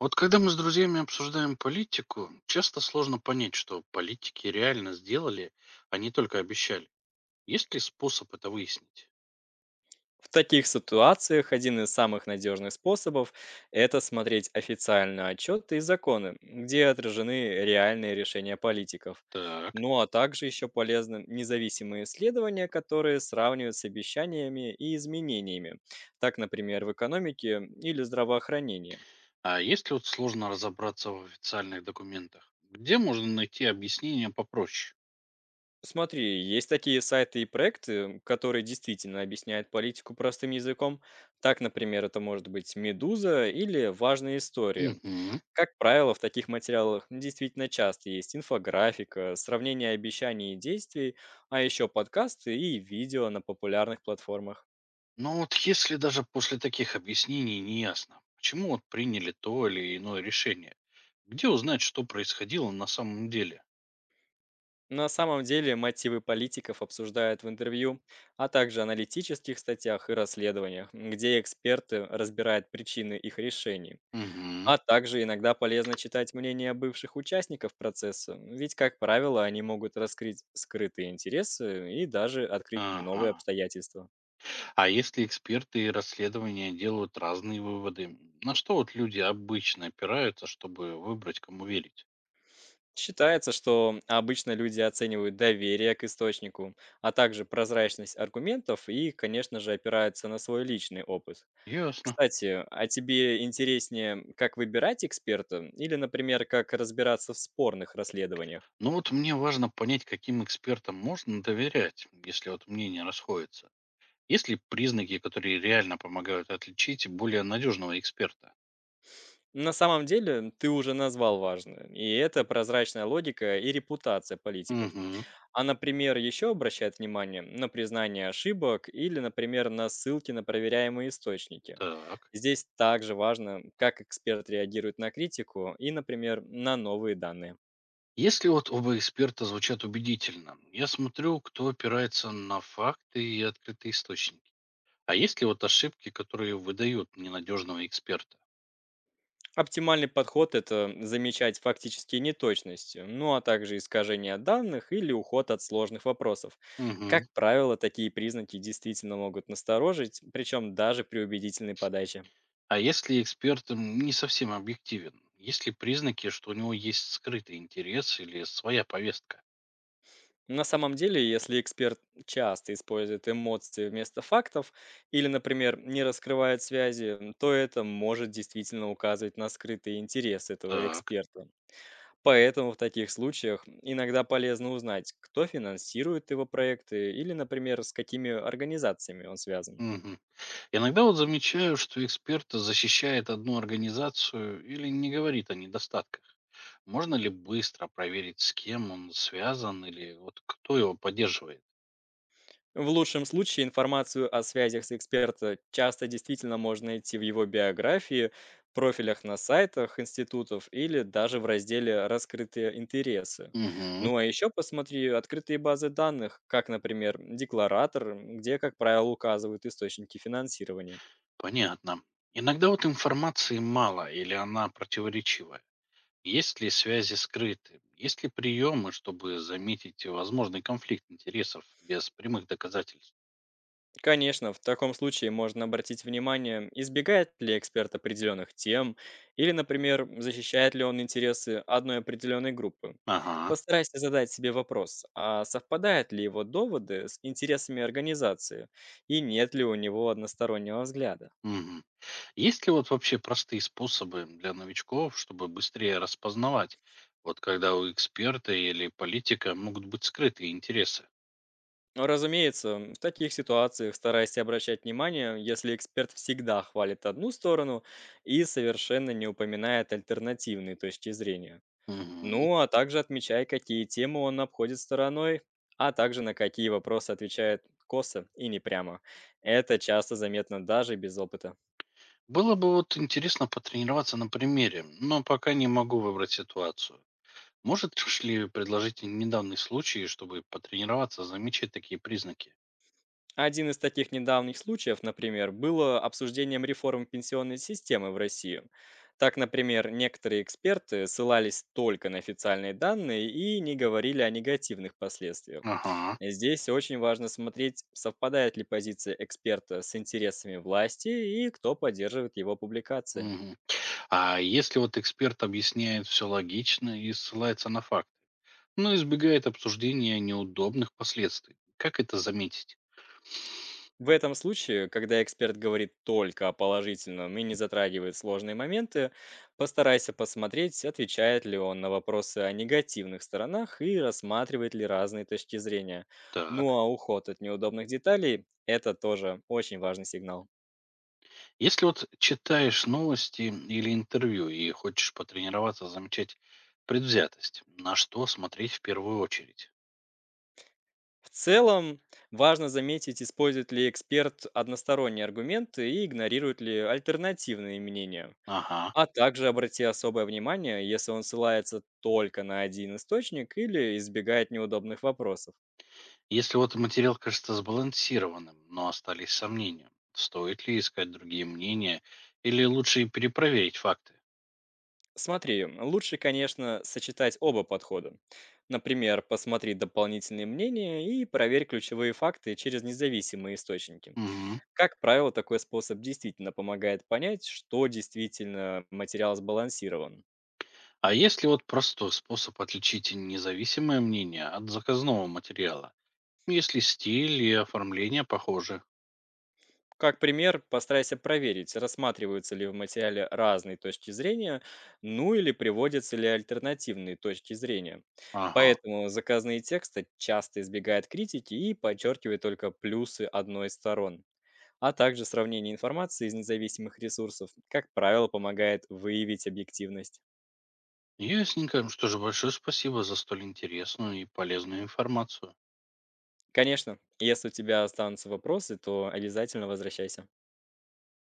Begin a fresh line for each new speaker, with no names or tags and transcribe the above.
Вот когда мы с друзьями обсуждаем политику, часто сложно понять, что политики реально сделали, а не только обещали. Есть ли способ это выяснить?
В таких ситуациях один из самых надежных способов– это смотреть официальные отчеты и законы, где отражены реальные решения политиков.
Так.
Ну а также еще полезны независимые исследования, которые сравнивают с обещаниями и изменениями. Так, например, в экономике или здравоохранении.
А если вот сложно разобраться в официальных документах, где можно найти объяснение попроще?
Смотри, есть такие сайты и проекты, которые действительно объясняют политику простым языком. Так, например, это может быть «Медуза» или «Важные истории».
Угу.
Как правило, в таких материалах действительно часто есть инфографика, сравнение обещаний и действий, а еще подкасты и видео на популярных платформах.
Но вот если даже после таких объяснений не ясно, почему вот приняли то или иное решение, где узнать, что происходило на самом деле?
На самом деле мотивы политиков обсуждают в интервью, а также аналитических статьях и расследованиях, где эксперты разбирают причины их решений.
Угу.
А также иногда полезно читать мнения бывших участников процесса, ведь, как правило, они могут раскрыть скрытые интересы и даже открыть
Ага.
новые обстоятельства.
А если эксперты и расследования делают разные выводы, на что вот люди обычно опираются, чтобы выбрать, кому верить?
Считается, что обычно люди оценивают доверие к источнику, а также прозрачность аргументов и, конечно же, опираются на свой личный опыт.
Ясно.
Кстати, а тебе интереснее, как выбирать эксперта или, например, как разбираться в спорных расследованиях?
Но вот мне важно понять, каким экспертам можно доверять, если вот мнения расходятся. Есть ли признаки, которые реально помогают отличить более надежного эксперта?
На самом деле, ты уже назвал важное, и это прозрачная логика и репутация политиков.
Угу,
А, например, еще обращает внимание на признание ошибок или, например, на ссылки на проверяемые источники.
так.
Здесь также важно, как эксперт реагирует на критику и, например, на новые данные.
Если вот оба эксперта звучат убедительно, я смотрю, кто опирается на факты и открытые источники. А есть ли вот ошибки, которые выдают ненадежного эксперта?
Оптимальный подход– это замечать фактические неточности, ну а также искажения данных или уход от сложных вопросов.
Мгм.
Как правило, такие признаки действительно могут насторожить, причем даже при убедительной подаче.
А если эксперт не совсем объективен? Есть ли признаки, что у него есть скрытый интерес или своя повестка?
На самом деле, если эксперт часто использует эмоции вместо фактов или, например, не раскрывает связи, то это может действительно указывать на скрытый интерес этого
Так.
эксперта. Поэтому в таких случаях иногда полезно узнать, кто финансирует его проекты или, например, с какими организациями он связан.
Мгм. Иногда вот замечаю, что эксперт защищает одну организацию или не говорит о недостатках. Можно ли быстро проверить, с кем он связан или вот кто его поддерживает?
В лучшем случае информацию о связях с эксперта часто действительно можно найти в его биографии, профилях на сайтах институтов или даже в разделе «Раскрытые интересы».
Мгм.
Ну а еще посмотри открытые базы данных, как, например, «Декларатор», где, как правило, указывают источники финансирования.
Понятно. Иногда вот информации мало или она противоречива. Есть ли связи скрыты? Есть ли приемы, чтобы заметить возможный конфликт интересов без прямых доказательств?
Конечно, в таком случае можно обратить внимание, избегает ли эксперт определенных тем, или, например, защищает ли он интересы одной определенной группы.
Ага.
Постарайся задать себе вопрос, а совпадают ли его доводы с интересами организации, и нет ли у него одностороннего взгляда.
Мгм. Есть ли вот вообще простые способы для новичков, чтобы быстрее распознавать, вот когда у эксперта или политика могут быть скрытые интересы?
Но, разумеется, в таких ситуациях старайся обращать внимание, если эксперт всегда хвалит одну сторону и совершенно не упоминает альтернативные точки зрения.
Мгм.
Ну, а также отмечай, какие темы он обходит стороной, а также на какие вопросы отвечает косо и не прямо. Это часто заметно даже без опыта.
Было бы вот интересно потренироваться на примере, но пока не могу выбрать ситуацию. Может ли предложить недавний случай, чтобы потренироваться, замечать такие признаки?
Один из таких недавних случаев, например, было обсуждением реформ пенсионной системы в России. Так, например, некоторые эксперты ссылались только на официальные данные и не говорили о негативных последствиях.
Ага.
Здесь очень важно смотреть, совпадает ли позиция эксперта с интересами власти и кто поддерживает его публикации.
Мгм. А если вот эксперт объясняет все логично и ссылается на факты, но избегает обсуждения неудобных последствий, как это заметить?
В этом случае, когда эксперт говорит только о положительном и не затрагивает сложные моменты, постарайся посмотреть, отвечает ли он на вопросы о негативных сторонах и рассматривает ли разные точки зрения.
Так,
Ну а уход от неудобных деталей– это тоже очень важный сигнал.
если вот читаешь новости или интервью и хочешь потренироваться замечать предвзятость, на что смотреть в первую очередь?
В целом, важно заметить, использует ли эксперт односторонние аргументы и игнорирует ли альтернативные мнения.
Ага,
А также обрати особое внимание, если он ссылается только на один источник или избегает неудобных вопросов.
если вот материал кажется сбалансированным, но остались сомнения, стоит ли искать другие мнения или лучше перепроверить факты?
Смотри, лучше, конечно, сочетать оба подхода. Например, посмотри дополнительные мнения и проверь ключевые факты через независимые источники.
Мгм.
Как правило, такой способ действительно помогает понять, что действительно материал сбалансирован.
А есть ли вот простой способ отличить независимое мнение от заказного материала? Ну, если стиль и оформление похожи.
Как пример, постарайся проверить, рассматриваются ли в материале разные точки зрения, ну или приводятся ли альтернативные точки зрения.
Ага.
Поэтому заказные тексты часто избегают критики и подчеркивают только плюсы одной из сторон. А также сравнение информации из независимых ресурсов, как правило, помогает выявить объективность.
Ясненько. Что же, большое спасибо за столь интересную и полезную информацию.
Конечно, если у тебя останутся вопросы, то обязательно возвращайся.